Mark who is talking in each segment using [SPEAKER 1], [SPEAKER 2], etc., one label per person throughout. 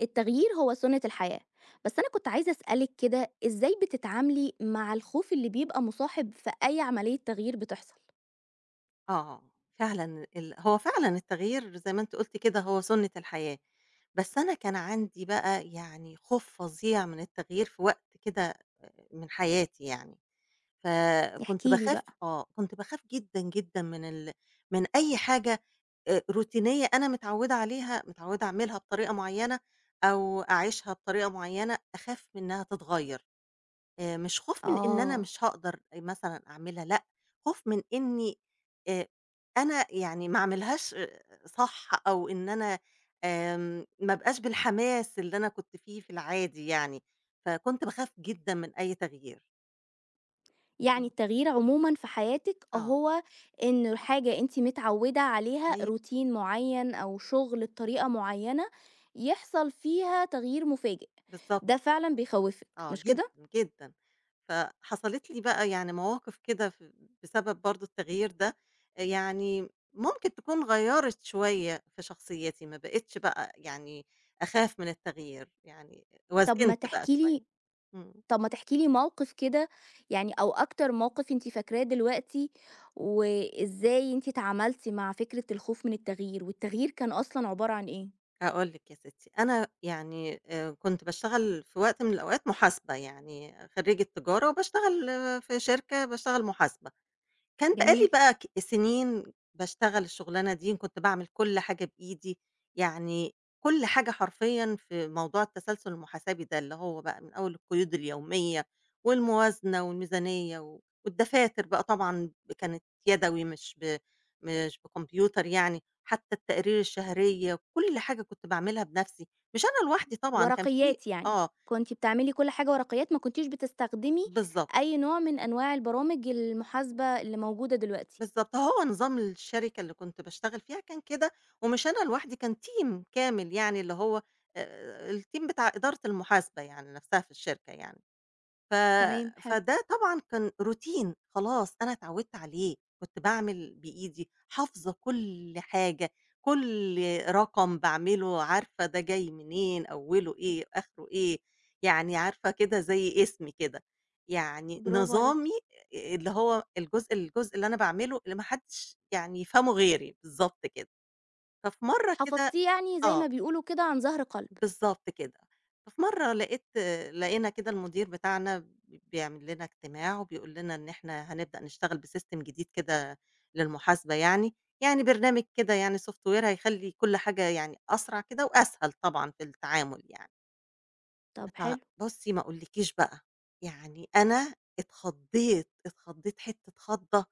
[SPEAKER 1] التغيير هو سنة الحياة. بس أنا كنت عايزة أسألك كده إزاي بتتعاملي مع الخوف اللي بيبقى مصاحب في أي عملية تغيير بتحصل.
[SPEAKER 2] آه، فعلًا هو فعلًا التغيير زي ما أنتِ قُلتِ كده هو سُنّة الحياة، بس أنا كان عندي بقى يعني خوف فظيع من التغيير في وقت كده من حياتي يعني، فكنت
[SPEAKER 1] احكيلي
[SPEAKER 2] باخاف
[SPEAKER 1] بقى.
[SPEAKER 2] آه، كنت باخاف جدًا، جدًا من من أي حاجة روتينية أنا متعوّدة عليها، متعوّدة أعملها بطريقة معيّنة أو أعيشها بطريقة معيّنة، أخاف منها تتغيّر. مش خوف من إن أنا
[SPEAKER 1] آه،
[SPEAKER 2] مش هاقدر مثلًا أعملها، لأ، خوف من إني آآ أنا يعني ما أعملهاش صح أو إن أنا ما أبقاش بالحماس اللي أنا كنت فيه في العادي يعني، فكنت باخاف جدًا من أي تغيير.
[SPEAKER 1] يعني
[SPEAKER 2] إمم،
[SPEAKER 1] التغيير عموما في حياتك
[SPEAKER 2] آه،
[SPEAKER 1] هو إن حاجة أنت متعودة عليها
[SPEAKER 2] أيوه،
[SPEAKER 1] روتين معين أو شغل بطريقة معينة يحصل فيها تغيير مفاجئ،
[SPEAKER 2] بالضبط.
[SPEAKER 1] ده فعلا بيخوفك
[SPEAKER 2] آه،
[SPEAKER 1] مش
[SPEAKER 2] جدًا،
[SPEAKER 1] كده؟
[SPEAKER 2] جدًا. فحصلت لي بقى يعني مواقف كده بسبب برضه التغيير ده، يعني ممكن تكون غيّرت شوية في شخصيتي، ما بقيتش بقى يعني أخاف من التغيير، يعني
[SPEAKER 1] طب ما
[SPEAKER 2] وازنت بقى
[SPEAKER 1] تحكيلي،
[SPEAKER 2] شوية. إمم.
[SPEAKER 1] طب ما تحكي لي موقف كده يعني أو أكتر موقف أنتِ فاكراه دلوقتي، وإزاي أنتِ تعاملتِ مع فكرة الخوف من التغيير، والتغيير كان أصلًا عبارة عن إيه؟
[SPEAKER 2] هاقول لِك يا ستي، أنا يعني كنت باشتغل في وقت من الأوقات محاسبة، يعني خرّيجة تجارة وباشتغل في شركة باشتغل محاسبة. كان بقى لي
[SPEAKER 1] جميل.
[SPEAKER 2] بقى سنين باشتغل الشغلانة دي، كنت باعمل كل حاجة بإيدي، يعني كل حاجة حرفيًا في موضوع التسلسل المحاسبي ده، اللي هو بقى من أول القيود اليومية والموازنة والميزانية و والدفاتر بقى طبعًا كانت يدوي مش بكمبيوتر يعني، حتى التقارير الشهرية، كل حاجة كنت باعملها بنفسي، مش أنا لوحدي طبعًا كان في
[SPEAKER 1] ورقيات يعني،
[SPEAKER 2] آه،
[SPEAKER 1] كنتِ بتعملي كل حاجة ورقيات ما كنتيش بتستخدمي
[SPEAKER 2] بالضبط.
[SPEAKER 1] أي نوع من أنواع البرامج المحاسبة اللي موجودة دلوقتي،
[SPEAKER 2] بالضبط، هو نظام الشركة اللي كنت باشتغل فيها كان كده، ومش أنا لوحدي كان team كامل يعني اللي هو الteam بتاع إدارة المحاسبة يعني نفْسها في الشركة يعني. ف
[SPEAKER 1] تمام حلو.
[SPEAKER 2] فده طبعًا كان روتين خلاص أنا اتعودت عليه، كنت باعمل بإيدي، حافظة كل حاجة، كل رقم باعمله عارفة ده جاي منين، أوله إيه، آخره إيه، يعني عارفة كده زي اسمي كده، يعني
[SPEAKER 1] برافو
[SPEAKER 2] نظامي
[SPEAKER 1] عليكِ.
[SPEAKER 2] اللي هو الجزء اللي أنا باعمله اللي ما حدش يعني يفهمه غيري، بالضبط كده. ففي مرة كده
[SPEAKER 1] حفظتيه يعني زي
[SPEAKER 2] آه.
[SPEAKER 1] ما بيقولوا كده عن ظهر قلب.
[SPEAKER 2] بالضبط كده. ففي مرّة لقينا كده المدير بتاعنا بيعمل لنا اجتماع وبيقول لنا إن إحنا هنبدأ نشتغل بsystem جديد كده للمحاسبة يعني، يعني برنامج كده يعني software هيخلّي كل حاجة يعني أسرع كده وأسهل طبعًا في التعامل يعني.
[SPEAKER 1] طب حلو.
[SPEAKER 2] بُصّي ما أقولكيش بقى، يعني أنا اتخضّيت حتّة خضّة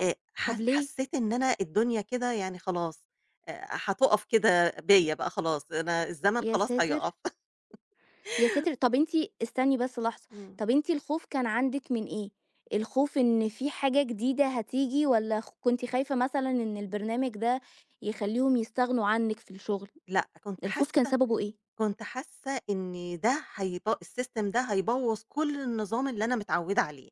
[SPEAKER 1] طب
[SPEAKER 2] ح
[SPEAKER 1] ليه؟
[SPEAKER 2] حسّيت إن أنا الدنيا كده يعني خلاص هتُقف كده بيّا بقى خلاص، أنا الزمن
[SPEAKER 1] يا
[SPEAKER 2] خلاص
[SPEAKER 1] ساتر!
[SPEAKER 2] هيُقف.
[SPEAKER 1] يا ساتر! طب أنتِ استني بس لحظة،
[SPEAKER 2] إمم.
[SPEAKER 1] طب أنتِ الخوف كان عندِك من إيه؟ الخوف إن في حاجة جديدة هتيجي والّا كنتِ خايفة مثلًا إن البرنامج ده يخلّيهم يستغنوا عنِك في الشغل؟
[SPEAKER 2] لأ، كنت
[SPEAKER 1] الخوف كان
[SPEAKER 2] حاسة
[SPEAKER 1] سببه إيه؟
[SPEAKER 2] كنت حاسة إن ده السيستم ده هيبوّظ كل النظام اللي أنا متعودة عليه،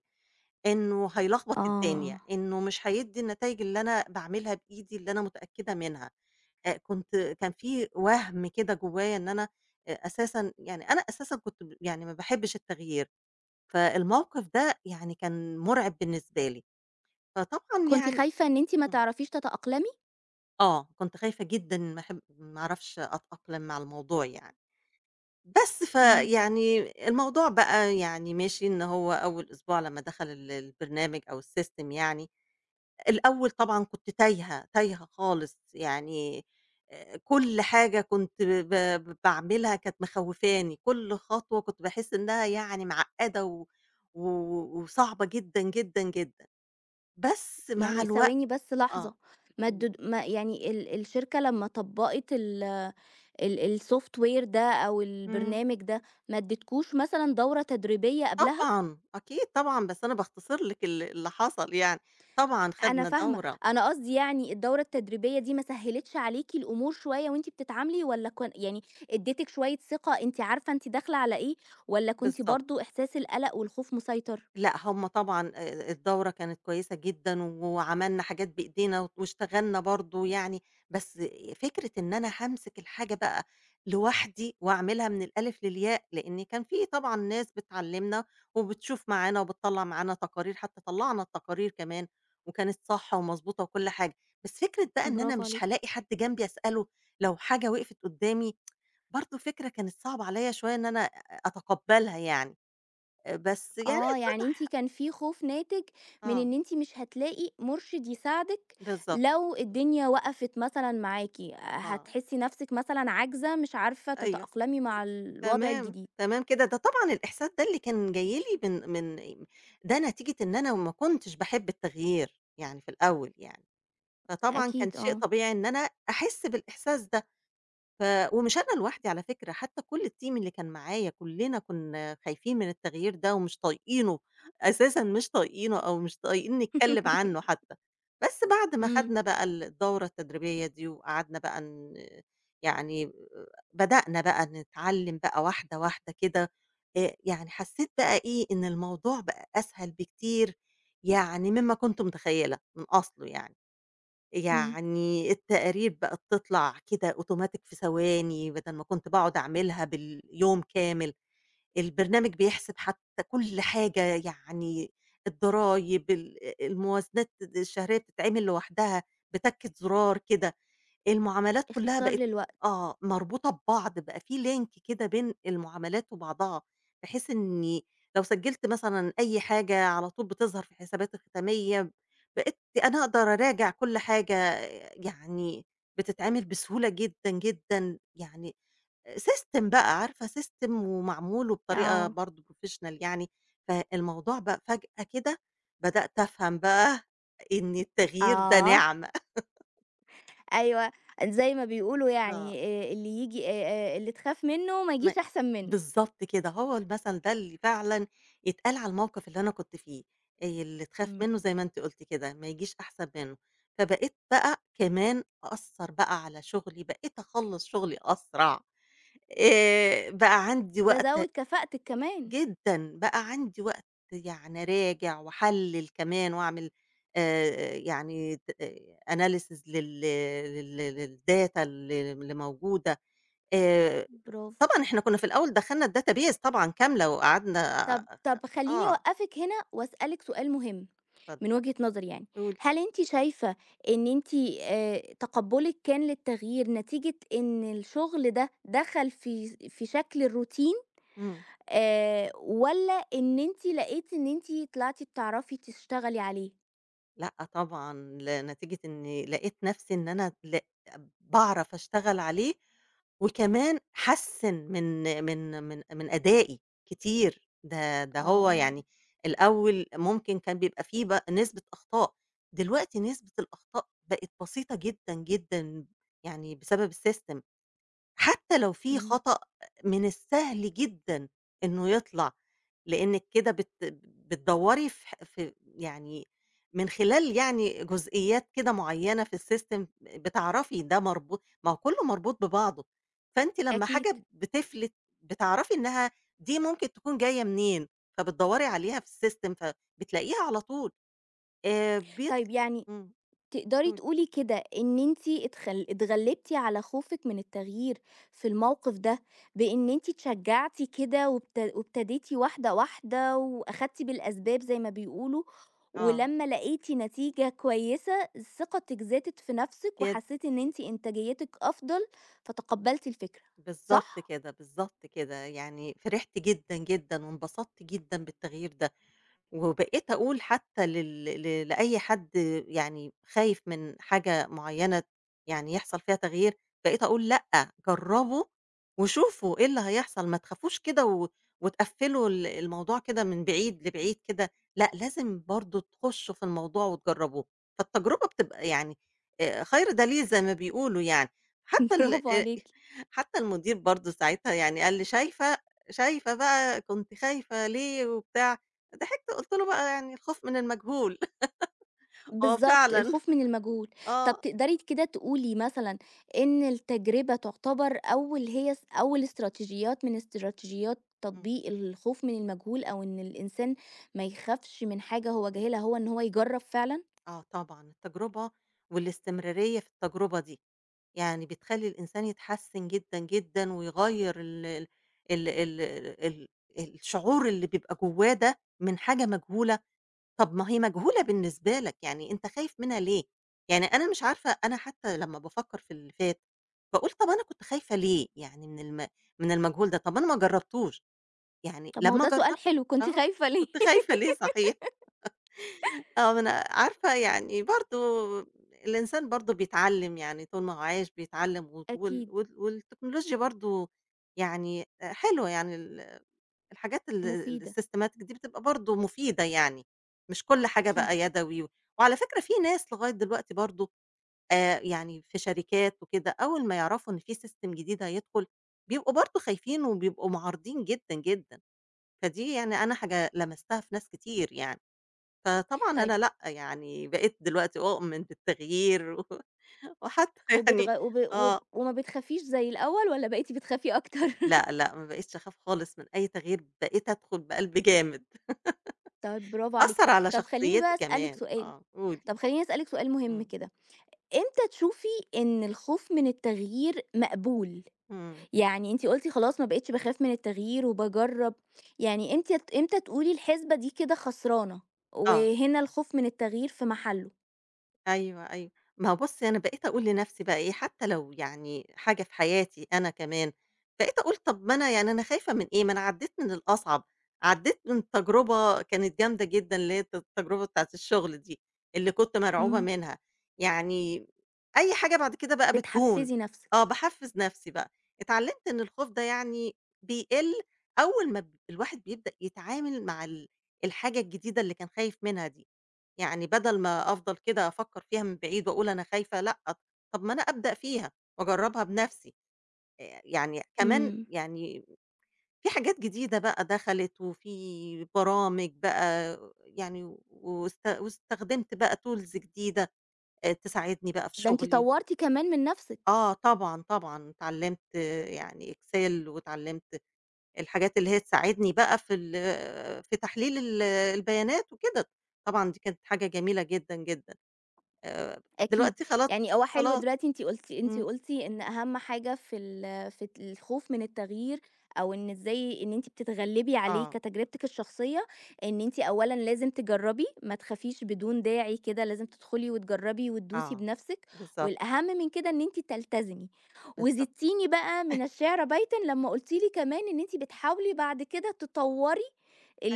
[SPEAKER 2] إنه هيلخبط الدنيا،
[SPEAKER 1] آه.
[SPEAKER 2] إنه مش هيدّي النتايج اللي أنا باعملها بإيدي اللي أنا متأكدة منها، كنت كان في وَهْم كده جوايا إن أنا أساسًا يعني أنا أساسًا كنت يعني ما باحبش التغيير، فالموقف ده يعني كان مُرعب بالنسبة لي، فطبعًا
[SPEAKER 1] كنتِ
[SPEAKER 2] يعني
[SPEAKER 1] خايفة إن أنتِ ما
[SPEAKER 2] إمم،
[SPEAKER 1] تعرفيش تتأقلمي؟
[SPEAKER 2] آه، كنت خايفة جدًا ما أحب ما أعرفش أتأقلم مع الموضوع يعني. بس
[SPEAKER 1] إمم.
[SPEAKER 2] فيعني الموضوع بقى يعني ماشي إن هو أول أسبوع لمّا دخل البرنامج أو الsystem يعني، الأول طبعًا كنت تايهة، تايهة خالص يعني كل حاجة كنت ب ب باعملها كانت مخوّفاني، كل خطوة كنت باحس إنها يعني معقّدة و و وصعبة جدًا، جدًا، جدًا. بس مع
[SPEAKER 1] يعني
[SPEAKER 2] الوقت
[SPEAKER 1] ثواني بس
[SPEAKER 2] آه.
[SPEAKER 1] لحظة، ما
[SPEAKER 2] إمم.
[SPEAKER 1] الدد ما يعني ال الشركة لمّا طبّقت ال ال الsoftware ده أو
[SPEAKER 2] إمم.
[SPEAKER 1] البرنامج ده، ما ادّتكوش مثلًا دورة تدريبية قبلها؟
[SPEAKER 2] طبعًا، أكيد طبعًا، بس أنا باختصر لِك اللي حصل يعني. طبعًا
[SPEAKER 1] أنا
[SPEAKER 2] خدنا
[SPEAKER 1] فاهمة،
[SPEAKER 2] دورة.
[SPEAKER 1] أنا قصدي يعني الدورة التدريبية دي ما سهّلِتش عليكِ الأمور شوية وأنتِ بتتعاملي والّا كان يعني ادّتِك شوية ثقة أنتِ عارفة أنتِ داخلة على إيه، والّا كنتِ
[SPEAKER 2] بالضبط.
[SPEAKER 1] برضه إحساس القلق والخوف مسيطر؟
[SPEAKER 2] لأ، هم طبعًا الدورة كانت كويسة جدًا، وعملنا حاجات بإيدينا واشتغلنا برضه يعني، بس فكرة إن أنا هامسك الحاجة بقى لوحدي وأعملها من الألف للياء، لإن كان في طبعًا ناس بتعلمنا وبتشوف معانا وبتطلّع معانا تقارير، حتى طلّعنا التقارير كمان وكانت صح ومضبوطة وكل حاجة، بس فكرة بقى إن أنا
[SPEAKER 1] برافو
[SPEAKER 2] مش
[SPEAKER 1] عليكِ.
[SPEAKER 2] هالاقي حد جنبي أسأله لو حاجة وقفت قدّامي، برضه فكرة كانت صعبة عليَّ شوية إن أنا أتقبلها يعني، بس يعني
[SPEAKER 1] آه، يعني أنتِ
[SPEAKER 2] اتضح
[SPEAKER 1] كان في خوف ناتج من
[SPEAKER 2] آه،
[SPEAKER 1] إن أنتِ مش هتلاقي مُرشِد يساعدِك
[SPEAKER 2] بالضبط،
[SPEAKER 1] لو الدنيا وقفت مثلًا معاكِ،
[SPEAKER 2] آه،
[SPEAKER 1] هتحسّي نَفْسِك مثلًا عاجزة مش عارفة
[SPEAKER 2] أيوه
[SPEAKER 1] تتأقلمي مع الوضع
[SPEAKER 2] تمام،
[SPEAKER 1] الجديد.
[SPEAKER 2] تمام كده، ده طبعًا الإحساس ده اللي كان جاي لي من من ده نتيجة إن أنا ما كنتش باحب التغيير يعني في الأول يعني، فطبعًا كان
[SPEAKER 1] أكيد
[SPEAKER 2] شيء
[SPEAKER 1] آه.
[SPEAKER 2] طبيعي إن أنا أحس بالإحساس ده. ف ومش أنا لوحدي على فكرة، حتى كل الteam اللي كان معايا كلنا كنا خايفين من التغيير ده ومش طايقينه، أساسًا مش طايقينه أو مش طايقين نتكلم عنه حتى. بس بعد ما
[SPEAKER 1] إمم،
[SPEAKER 2] خدنا بقى الدورة التدريبية دي وقعدنا بقى يعني بدأنا بقى نتعلم بقى واحدة، واحدة كده، يعني حسيت بقى إيه، إن الموضوع بقى أسهل بكتير يعني مما كنت متخيلة من أصله يعني.
[SPEAKER 1] إمم،
[SPEAKER 2] يعني التقارير بقت تطلع كده أوتوماتيك في ثواني، بدل ما كنت باقعد أعملها باليوم كامل، البرنامج بيحسب حتى كل حاجة يعني الضرايب، الموازنات الشهرية بتتعمل لوحدها بتَكّة زرار كده. المعاملات كلّها
[SPEAKER 1] اختصار
[SPEAKER 2] بقت
[SPEAKER 1] للوقت.
[SPEAKER 2] مربوطة ببعض، بقى في link كده بين المعاملات وبعضها، بحيث إني لو سجّلت مثلًا أي حاجة على طول بتظهر في الحسابات الختامية، بقيت أنا أقدر أراجع كل حاجة يعني بتتعمل بسهولة جدًا، جدًا، يعني system بقى عارفة system ومعمول وبطريقة
[SPEAKER 1] آه،
[SPEAKER 2] برضه professional يعني، فالموضوع بقى فجأة كده بدأت أفهم بقى إن التغيير ده
[SPEAKER 1] آه،
[SPEAKER 2] نعمة.
[SPEAKER 1] أيوه، زي ما بيقولوا
[SPEAKER 2] آه.
[SPEAKER 1] يعني اللي ييجي اللي تخاف منّه ما
[SPEAKER 2] ما
[SPEAKER 1] يجيش أحسن منّه.
[SPEAKER 2] بالضبط كده، هو المثل ده اللي فعلًا يتقال على الموقف اللي أنا كنت فيه، اللي تخاف
[SPEAKER 1] إمم.
[SPEAKER 2] منه زي ما أنتِ قُلتِ كده، ما يجيش أحسن منه، فبقيت بقى كمان أأثّر بقى على شغلي، بقيت أخلّص شغلي أسرع، بقى عندي
[SPEAKER 1] ده
[SPEAKER 2] وقت
[SPEAKER 1] زوّد كفاءتِك كمان.
[SPEAKER 2] جدًا، بقى عندي وقت يعني أراجع وأحلّل كمان وأعمل يعني analysis لل لل للdata اللي موجودة، آآ
[SPEAKER 1] برافو.
[SPEAKER 2] طبعًا إحنا كنا في الأول دخّلنا الdatabase طبعًا كاملة وقعدنا
[SPEAKER 1] طَب طَب خلّيني
[SPEAKER 2] آه،
[SPEAKER 1] أوقّفِك هنا وأسألِك سؤال مهم
[SPEAKER 2] اتفضّلي
[SPEAKER 1] من وجهة نظري يعني،
[SPEAKER 2] قولي.
[SPEAKER 1] هل أنتِ شايفة إن أنتِ تقبُّلِك كان للتغيير نتيجة إن الشغل ده دخل في شكل الروتين،
[SPEAKER 2] إمم.
[SPEAKER 1] والّا إن أنتِ لقيتِ إن أنتِ طلعتِ بتعرفي تشتغلي عليه؟
[SPEAKER 2] لأ طبعًا، لنتيجة إني لقيت نَفْسي إن أنا باعرف أشتغل عليه وكمان حَسِّن من أدائي كتير، ده هو
[SPEAKER 1] آه،
[SPEAKER 2] يعني الأول ممكن كان بيبقى في نسبة أخطاء، دلوقتي نسبة الأخطاء بقت بسيطة جدًا، جدًا يعني بسبب الsystem. حتى لو في
[SPEAKER 1] إمم.
[SPEAKER 2] خطأ من السهل جدًا إنه يطلع، لإنِّك كده بتدوّري في يعني من خلال يعني جزئيات كده معيّنة في السيستم بتعرفي ده مربوط ما هو كلّه مربوط ببعضه، فأنتِ لمّا
[SPEAKER 1] أكيد.
[SPEAKER 2] حاجة بتفلِت بتعرفي إنها دي ممكن تكون جاية منين، فبتدوّري عليها في السيستم فبتلاقيها على طول بيط
[SPEAKER 1] طيب يعني
[SPEAKER 2] إمم،
[SPEAKER 1] تقدري
[SPEAKER 2] قولي.
[SPEAKER 1] تقولي كده إن أنتِ اتغلبتِ على خوفِك من التغيير في الموقف ده، بإن أنتِ اتشجعتِ كده وابتديتِ واحدة، واحدة وأخدتِ بالأسباب زي ما بيقولوا،
[SPEAKER 2] آه،
[SPEAKER 1] ولمّا لقيتِ نتيجة كويسة ثقتِك زادت في نفسِك
[SPEAKER 2] جد
[SPEAKER 1] وحسيتِ إن أنتِ إنتاجيتِك أفضل فتقبلتِ الفكرة،
[SPEAKER 2] بالضبط
[SPEAKER 1] صح؟
[SPEAKER 2] كده، بالضبط كده، يعني فرحت جدًا، جدًا وانبسطت جدًا بالتغيير ده. وبقيت أقول حتى لل ل لأي حد يعني خايف من حاجة معيّنة يعني يحصل فيها تغيير، بقيت أقول لأ، جرّبوا وشوفوا إيه اللي هيحصل، ما تخافوش كده وتقفّلوا الموضوع كده من بعيد لبعيد كده، لأ، لازم برضه تخشوا في الموضوع وتجرّبوه، فالتجربة بتبقى يعني خير دليل زي ما بيقولوا يعني، حتى ال
[SPEAKER 1] برافو عليكِ.
[SPEAKER 2] حتى المدير برضه ساعتها يعني قال لي: "شايفة، شايفة بقى كنتِ خايفة ليه وبتاع؟" ضحكت قُلت له بقى يعني الخوف من المجهول آه
[SPEAKER 1] بالضبط،
[SPEAKER 2] فعلًا،
[SPEAKER 1] الخوف من المجهول. طَب
[SPEAKER 2] آه.
[SPEAKER 1] تقدري كده تقولي مثلًا إن التجربة تعتبر أول هي س أول استراتيجيات من استراتيجيات
[SPEAKER 2] إمم.
[SPEAKER 1] تطبيق الخوف من المجهول أو إن الإنسان ما يخافش من حاجة هو جاهلها، هو إن هو يجرّب فعلًا؟
[SPEAKER 2] آه طبعًا، التجربة والاستمرارية في التجربة دي، يعني بتخلّي الإنسان يتحسّن جدًا، جدًا ويغيّر ال ال ال ال ال الشعور اللي بيبقى جوّاه ده من حاجة مجهولة، طَب ما هي مجهولة بالنسبة لك، يعني أنت خايف منها ليه؟ يعني أنا مش عارفة أنا حتى لمّا بافكّر في اللي فات، باقول طَب أنا كنت خايفة ليه يعني من المجهول ده، طَب أنا ما جرّبتوش. يعني
[SPEAKER 1] طَب ما هو
[SPEAKER 2] لمّا
[SPEAKER 1] ده سؤال
[SPEAKER 2] جرّبت
[SPEAKER 1] حلو، كنتِ
[SPEAKER 2] آه،
[SPEAKER 1] خايفة ليه؟
[SPEAKER 2] كنت خايفة ليه صحيح، آه، ما أنا عارفة يعني برضه الإنسان برضه بيتعلّم، يعني طول ما هو عايش بيتعلّم و وال
[SPEAKER 1] أكيد،
[SPEAKER 2] وال والتكنولوجيا برضه يعني حلوة يعني الحاجات ال ال
[SPEAKER 1] مفيدة،
[SPEAKER 2] الsystematic دي بتبقى برضه مفيدة يعني، مش كل حاجة بقى
[SPEAKER 1] أكيد.
[SPEAKER 2] يدوي وعلى فكرة في ناس لغاية دلوقتي برضه يعني في شركات وكده أول ما يعرفوا إن في system جديد هيدخل، بيبقوا برضه خايفين وبيبقوا معارضين جدًا، جدًا. فدي يعني أنا حاجة لمستها في ناس كتير يعني، فطبعًا
[SPEAKER 1] طيب
[SPEAKER 2] أنا لأ، يعني بقيت دلوقتي أؤمن بالتغيير وحتى يعني
[SPEAKER 1] وبتغ وب وب
[SPEAKER 2] آه،
[SPEAKER 1] وما بتخافيش زي الأول والّا بقيتِ بتخافي أكتر؟
[SPEAKER 2] لأ، لأ، ما بقيتش أخاف خالص من أي تغيير، بقيت أدخل بقلب جامد،
[SPEAKER 1] طيب برافو عليكِ.
[SPEAKER 2] أثّر على
[SPEAKER 1] طَب خلّيني
[SPEAKER 2] شخصيتي
[SPEAKER 1] بقى أسألِك
[SPEAKER 2] كمان،
[SPEAKER 1] سؤال،
[SPEAKER 2] آه، قولي.
[SPEAKER 1] طَب خلّيني أسألِك سؤال مهم
[SPEAKER 2] إمم،
[SPEAKER 1] كده. إمتى تشوفي إن الخوف من التغيير مقبول؟
[SPEAKER 2] إمم،
[SPEAKER 1] يعني أنتِ قُلتِ خلاص ما بقيتش باخاف من التغيير وباجرّب، يعني إمتى تقولي الحسبة دي كده خسرانة،
[SPEAKER 2] آه.
[SPEAKER 1] وهنا الخوف من التغيير في محله؟
[SPEAKER 2] أيوه، أيوه. ما هو بُصّي، أنا بقيت أقول لنَفْسي بقى إيه، حتّى لو يعني حاجة في حياتي أنا كمان، بقيت أقول طَب ما أنا يعني أنا خايفة من إيه، ما أنا عدّيت من الأصعب، عدّيت من تجربة كانت جامدة جدًا اللي هي التجربة بتاعة الشغل دي، اللي كنت مرعوبة
[SPEAKER 1] إمم.
[SPEAKER 2] منها. يعني أي حاجة بعد كده بقى بتهون.
[SPEAKER 1] بتحفّزي
[SPEAKER 2] آه،
[SPEAKER 1] نَفْسِك.
[SPEAKER 2] باحفّز نَفْسي بقى. اتعلّمت إن الخوف ده يعني بيقِل أول ما الواحد بيبدأ يتعامل مع الحاجة الجديدة اللي كان خايف منها دي. يعني بدل ما أفضل كده أفكّر فيها من بعيد وأقول أنا خايفة، لأ، طب ما أنا أبدأ فيها وأجرّبها بنَفْسي، يعني كمان
[SPEAKER 1] إمم.
[SPEAKER 2] يعني في حاجات جديدة بقى دخلت وفي برامج بقى يعني واستخدمت بقى tools جديدة تساعدني بقى في
[SPEAKER 1] ده أنتِ
[SPEAKER 2] شغلي.
[SPEAKER 1] طوّرتِ كمان من نَفْسِك.
[SPEAKER 2] آه طبعًا، طبعًا، اتعلّمت يعني Excel واتعلّمت الحاجات اللي هي تساعدني بقى في في تحليل البيانات وكده، طبعًا دي كانت حاجة جميلة جدًا، جدًا. آآ،
[SPEAKER 1] أكيد،
[SPEAKER 2] دلوقتي خلاص،
[SPEAKER 1] يعني هو حلو
[SPEAKER 2] خلاص،
[SPEAKER 1] دلوقتي أنتِ قلتِ أنتِ
[SPEAKER 2] إمم.
[SPEAKER 1] قلتِ إن أهم حاجة في الخوف من التغيير أو إن إزاي إن أنتِ بتتغلبي عليه
[SPEAKER 2] آه،
[SPEAKER 1] كتجربتِك الشخصية، إن أنتِ أولًا لازم تجرّبي، ما تخافيش بدون داعي كده، لازم تدخلي وتجرّبي وتدوسي
[SPEAKER 2] آه،
[SPEAKER 1] بنفسِك،
[SPEAKER 2] بالضبط،
[SPEAKER 1] والأهم من كده إن أنتِ تلتزمي،
[SPEAKER 2] بالضبط.
[SPEAKER 1] وزدتيني بقى من الشعر بيتًا لمّا قلتِ لي كمان إن أنتِ بتحاولي بعد كده تطوّري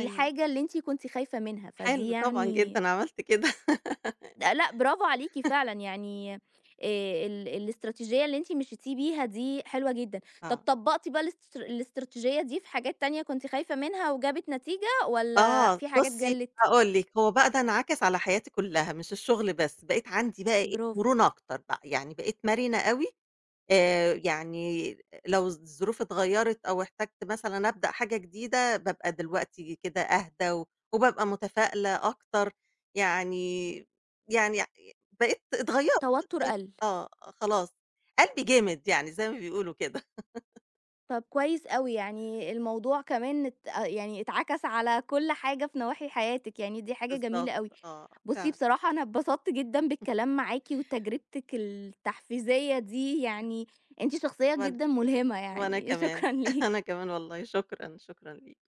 [SPEAKER 2] أيوه،
[SPEAKER 1] اللي أنتِ كنتِ خايفة منها، فدي
[SPEAKER 2] حلو طبعًا
[SPEAKER 1] يعني
[SPEAKER 2] جدًا عملتِ كده.
[SPEAKER 1] ده لأ، برافو عليكِ فعلًا، يعني الاستراتيجية اللي أنتِ مشيتِ بيها دي حلوة جدًا. طب
[SPEAKER 2] آه.
[SPEAKER 1] طبّقتِ بقى الاستراتيجية دي في حاجات تانية كنتِ خايفة منها وجابت نتيجة والّا
[SPEAKER 2] آه،
[SPEAKER 1] في حاجات
[SPEAKER 2] بُصّي
[SPEAKER 1] جَلِّت؟
[SPEAKER 2] هاقول لِك، هو بقى ده انعكس على حياتي كلّها مش الشغل بس، بقيت عندي بقى إيه،
[SPEAKER 1] برافو،
[SPEAKER 2] مرونة أكتر بقى، يعني بقيت مرنة أوي يعني لو الظروف اتغيّرت أو احتجت مثلًا أبدأ حاجة جديدة، بابقى دلوقتي كده أهدى وبابقى متفائلة أكتر، يعني يعني بقيت اتغيّرت.
[SPEAKER 1] توتر قَل.
[SPEAKER 2] آه، آه، خلاص قلبي جامد يعني زي ما بيقولوا كده
[SPEAKER 1] طب كويس أوي، يعني الموضوع كمان ات يعني اتعكس على كل حاجة في نواحي حياتِك، يعني دي حاجة
[SPEAKER 2] بالضبط،
[SPEAKER 1] جميلة أوي.
[SPEAKER 2] آه،
[SPEAKER 1] بُصّي،
[SPEAKER 2] فعلًا
[SPEAKER 1] بصراحة أنا اتبسطت جدًا بالكلام معاكِ وتجربتِك التحفيزية دي، يعني أنتِ شخصية
[SPEAKER 2] وأنا
[SPEAKER 1] جدًا ملهمة
[SPEAKER 2] وأنا
[SPEAKER 1] يعني،
[SPEAKER 2] كمان،
[SPEAKER 1] شكرًا
[SPEAKER 2] أنا
[SPEAKER 1] ليكِ.
[SPEAKER 2] كمان والله شكرًا، شكرًا ليك.